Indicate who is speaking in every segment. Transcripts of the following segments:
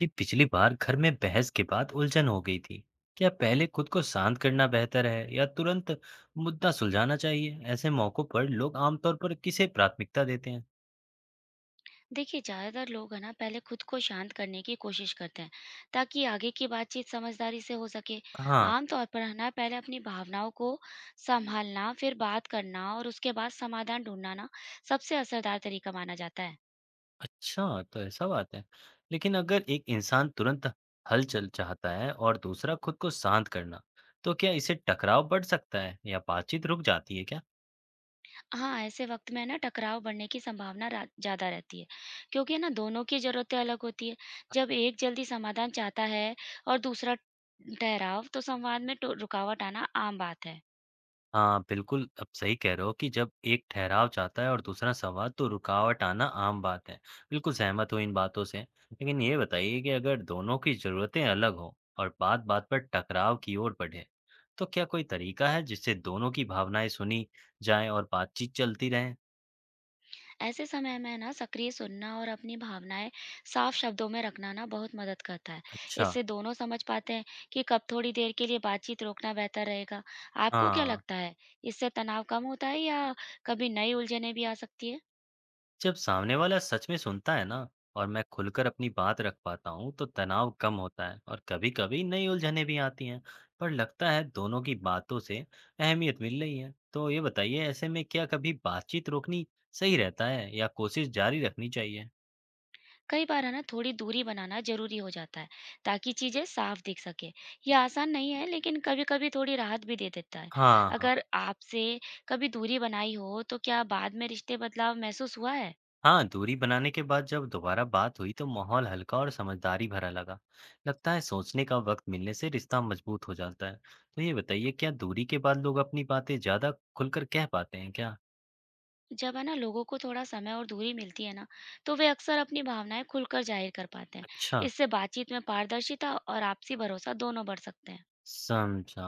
Speaker 1: जी, पिछली बार घर में बहस के बाद उलझन हो गई थी। क्या पहले खुद को शांत करना बेहतर है या तुरंत मुद्दा सुलझाना चाहिए? ऐसे मौकों पर लोग आमतौर पर किसे प्राथमिकता देते हैं?
Speaker 2: देखिए ज़्यादातर लोग है ना पहले खुद को शांत करने की कोशिश करते हैं, ताकि आगे की बातचीत समझदारी से हो सके।
Speaker 1: हाँ।
Speaker 2: आमतौर पर है ना पहले अपनी भावनाओं को संभालना, फिर बात करना और उसके बाद समाधान ढूंढना ना सबसे असरदार तरीका माना जाता है।
Speaker 1: अच्छा, तो ऐसा बात है। लेकिन अगर एक इंसान तुरंत हल चल चाहता है और दूसरा खुद को शांत करना, तो क्या इसे टकराव बढ़ सकता है या बातचीत रुक जाती है क्या?
Speaker 2: हाँ, ऐसे वक्त में है ना टकराव बढ़ने की संभावना ज्यादा रहती है, क्योंकि है ना दोनों की जरूरतें अलग होती है। जब एक जल्दी समाधान चाहता है और दूसरा ठहराव, तो संवाद में रुकावट आना आम बात है।
Speaker 1: हाँ, बिल्कुल, आप सही कह रहे हो कि जब एक ठहराव चाहता है और दूसरा संवाद, तो रुकावट आना आम बात है। बिल्कुल सहमत हूँ इन बातों से। लेकिन ये बताइए कि अगर दोनों की ज़रूरतें अलग हों और बात-बात पर टकराव की ओर बढ़े, तो क्या कोई तरीका है जिससे दोनों की भावनाएँ सुनी जाएँ और बातचीत चलती रहे?
Speaker 2: ऐसे समय में ना सक्रिय सुनना और अपनी भावनाएं साफ शब्दों में रखना ना बहुत मदद करता है।
Speaker 1: अच्छा।
Speaker 2: इससे दोनों समझ पाते हैं कि कब थोड़ी देर के लिए बातचीत रोकना बेहतर रहेगा। आपको क्या
Speaker 1: हाँ।
Speaker 2: लगता है, इससे तनाव कम होता है या कभी नई उलझने भी आ सकती है?
Speaker 1: जब सामने वाला सच में सुनता है ना और मैं खुलकर अपनी बात रख पाता हूँ, तो तनाव कम होता है और कभी-कभी नई उलझनें भी आती हैं। पर लगता है दोनों की बातों से अहमियत मिल रही है। तो ये बताइए, ऐसे में क्या कभी बातचीत रोकनी सही रहता है या कोशिश जारी रखनी चाहिए?
Speaker 2: कई बार है ना थोड़ी दूरी बनाना जरूरी हो जाता है, ताकि चीजें साफ दिख सके। ये आसान नहीं है, लेकिन कभी कभी थोड़ी राहत भी दे देता है।
Speaker 1: हाँ, हाँ।
Speaker 2: अगर आपसे कभी दूरी बनाई हो, तो क्या बाद में रिश्ते बदलाव महसूस हुआ है?
Speaker 1: हाँ, दूरी बनाने के बाद जब दोबारा बात हुई तो माहौल हल्का और समझदारी भरा लगा। लगता है सोचने का वक्त मिलने से रिश्ता मजबूत हो जाता है। तो ये बताइए, क्या दूरी के बाद लोग अपनी बातें ज्यादा खुलकर कह पाते हैं क्या?
Speaker 2: जब है ना लोगों को थोड़ा समय और दूरी मिलती है ना, तो वे अक्सर अपनी भावनाएं खुलकर जाहिर कर पाते हैं।
Speaker 1: अच्छा।
Speaker 2: इससे बातचीत में पारदर्शिता और आपसी भरोसा दोनों बढ़ सकते हैं।
Speaker 1: समझा।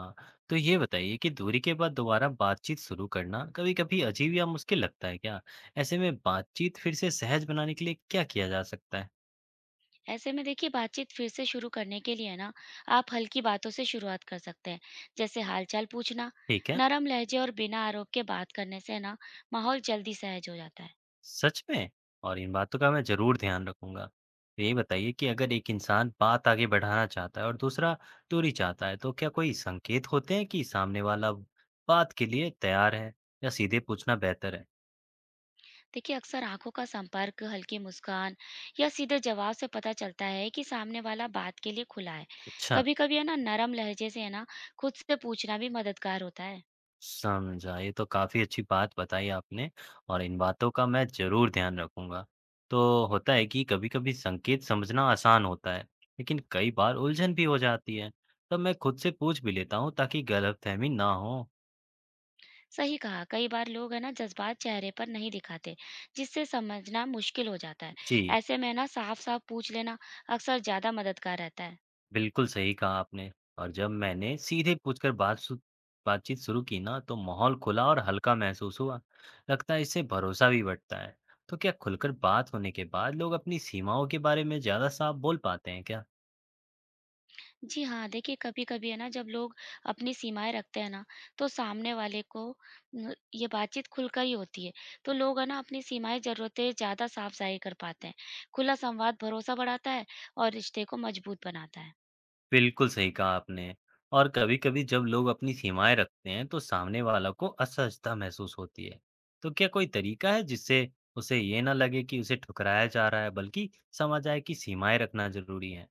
Speaker 1: तो ये बताइए कि दूरी के बाद दोबारा बातचीत शुरू करना कभी-कभी अजीब या मुश्किल लगता है क्या? ऐसे में बातचीत फिर से सहज बनाने के लिए क्या किया जा सकता है?
Speaker 2: ऐसे में देखिए बातचीत फिर से शुरू करने के लिए ना आप हल्की बातों से शुरुआत कर सकते हैं, जैसे हालचाल पूछना।
Speaker 1: ठीक है।
Speaker 2: नरम लहजे और बिना आरोप के बात करने से ना माहौल जल्दी सहज हो जाता है।
Speaker 1: सच में? और इन बातों का मैं ज़रूर ध्यान रखूँगा। तो ये बताइए कि अगर एक इंसान बात आगे बढ़ाना चाहता है और दूसरा दूरी चाहता है, तो क्या कोई संकेत होते हैं कि सामने वाला बात के लिए तैयार है या सीधे पूछना बेहतर है?
Speaker 2: देखिए अक्सर आंखों का संपर्क, हल्की मुस्कान या सीधे जवाब से पता चलता है कि सामने वाला बात के लिए खुला है।
Speaker 1: अच्छा।
Speaker 2: कभी कभी है ना नरम लहजे से है ना खुद से पूछना भी मददगार होता है।
Speaker 1: समझा। ये तो काफ़ी अच्छी बात बताई आपने, और इन बातों का मैं ज़रूर ध्यान रखूँगा। तो होता है कि कभी-कभी संकेत समझना आसान होता है, लेकिन कई बार उलझन भी हो जाती है। तब मैं खुद से पूछ भी लेता हूँ ताकि गलतफ़हमी ना हो।
Speaker 2: सही कहा, कई बार लोग है ना जज्बात चेहरे पर नहीं दिखाते, जिससे समझना मुश्किल हो जाता है।
Speaker 1: जी,
Speaker 2: ऐसे में है ना साफ साफ पूछ लेना अक्सर ज्यादा मददगार रहता है।
Speaker 1: बिल्कुल सही कहा आपने। और जब मैंने सीधे पूछकर बातचीत शुरू की ना, तो माहौल खुला और हल्का महसूस हुआ। लगता है इससे भरोसा भी बढ़ता है। तो क्या खुलकर बात होने के बाद लोग अपनी सीमाओं के बारे में ज़्यादा साफ बोल पाते हैं क्या?
Speaker 2: जी हाँ, देखिए कभी-कभी है ना जब लोग अपनी सीमाएँ रखते हैं ना, तो सामने वाले को न ये बातचीत खुलकर ही होती है। तो लोग है ना अपनी सीमाएँ, ज़रूरतें ज़्यादा साफ ज़ाहिर कर पाते हैं। खुला संवाद भरोसा बढ़ाता है और रिश्ते को मजबूत बनाता है।
Speaker 1: बिल्कुल सही कहा आपने। और कभी-कभी जब लोग अपनी सीमाएँ रखते हैं, तो सामने वाला को असहजता महसूस होती है। तो क्या कोई तरीका है जिससे उसे ये ना लगे कि उसे ठुकराया जा रहा है, बल्कि समझ आए कि सीमाएँ रखना ज़रूरी है?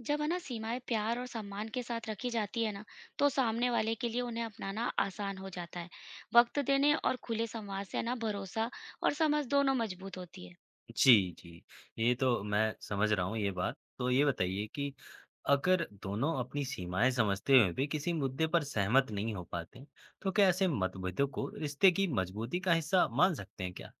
Speaker 2: जब है ना सीमाएँ प्यार और सम्मान के साथ रखी जाती है ना, तो सामने वाले के लिए उन्हें अपनाना आसान हो जाता है। वक़्त देने और खुले संवाद से है ना भरोसा और समझ दोनों मजबूत होती है।
Speaker 1: जी, जी। ये तो मैं समझ रहा हूँ ये बात। तो ये बताइए कि अगर दोनों अपनी सीमाएँ समझते हुए भी किसी मुद्दे पर सहमत नहीं हो पाते, तो क्या ऐसे मतभेदों को रिश्ते की मजबूती का हिस्सा मान सकते हैं क्या?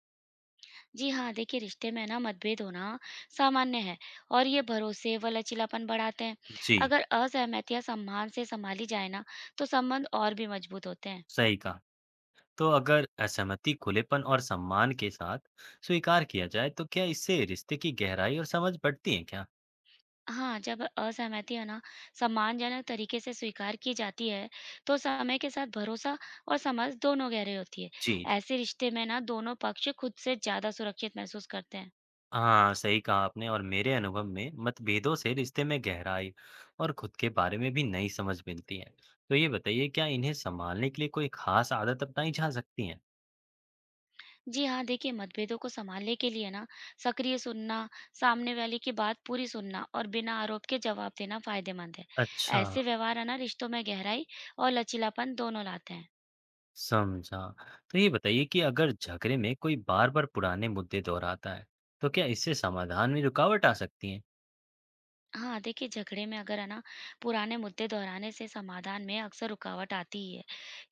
Speaker 2: जी हाँ, देखिए रिश्ते में ना मतभेद होना सामान्य है और ये भरोसे व लचीलापन बढ़ाते हैं।
Speaker 1: जी,
Speaker 2: अगर असहमति या सम्मान से संभाली जाए ना, तो संबंध और भी मजबूत होते हैं।
Speaker 1: सही कहा। तो अगर असहमति खुलेपन और सम्मान के साथ स्वीकार किया जाए, तो क्या इससे रिश्ते की गहराई और समझ बढ़ती है क्या?
Speaker 2: हाँ, जब असहमति है ना सम्मानजनक तरीके से स्वीकार की जाती है, तो समय के साथ भरोसा और समझ दोनों गहरे होती है।
Speaker 1: जी, जी।
Speaker 2: ऐसे रिश्ते में ना दोनों पक्ष खुद से ज्यादा सुरक्षित महसूस करते हैं।
Speaker 1: हाँ, सही कहा आपने। और मेरे अनुभव में मतभेदों से रिश्ते में गहराई और खुद के बारे में भी नई समझ मिलती है। तो ये बताइए, क्या इन्हें संभालने के लिए कोई खास आदत अपनाई जा सकती है?
Speaker 2: जी हाँ, देखिए मतभेदों को सँभालने के लिए ना सक्रिय सुनना, सामने वाले की बात पूरी सुनना और बिना आरोप के जवाब देना फ़ायदेमंद है।
Speaker 1: अच्छा।
Speaker 2: ऐसे व्यवहार है ना रिश्तों में गहराई और लचीलापन दोनों लाते हैं।
Speaker 1: समझा। तो ये बताइए कि अगर झगड़े में कोई बार बार पुराने मुद्दे दोहराता है, तो क्या इससे समाधान में रुकावट आ सकती है?
Speaker 2: हाँ, देखिए झगड़े में अगर है ना पुराने मुद्दे दोहराने से समाधान में अक्सर रुकावट आती ही है,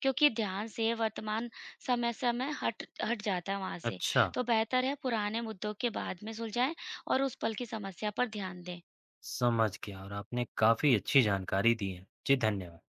Speaker 2: क्योंकि ध्यान से वर्तमान समस्या में हट हट जाता है वहाँ से।
Speaker 1: अच्छा।
Speaker 2: तो बेहतर है पुराने मुद्दों के बाद में सुलझाएँ और उस पल की समस्या पर ध्यान दें।
Speaker 1: समझ गया, और आपने काफ़ी अच्छी जानकारी दी है। जी, धन्यवाद।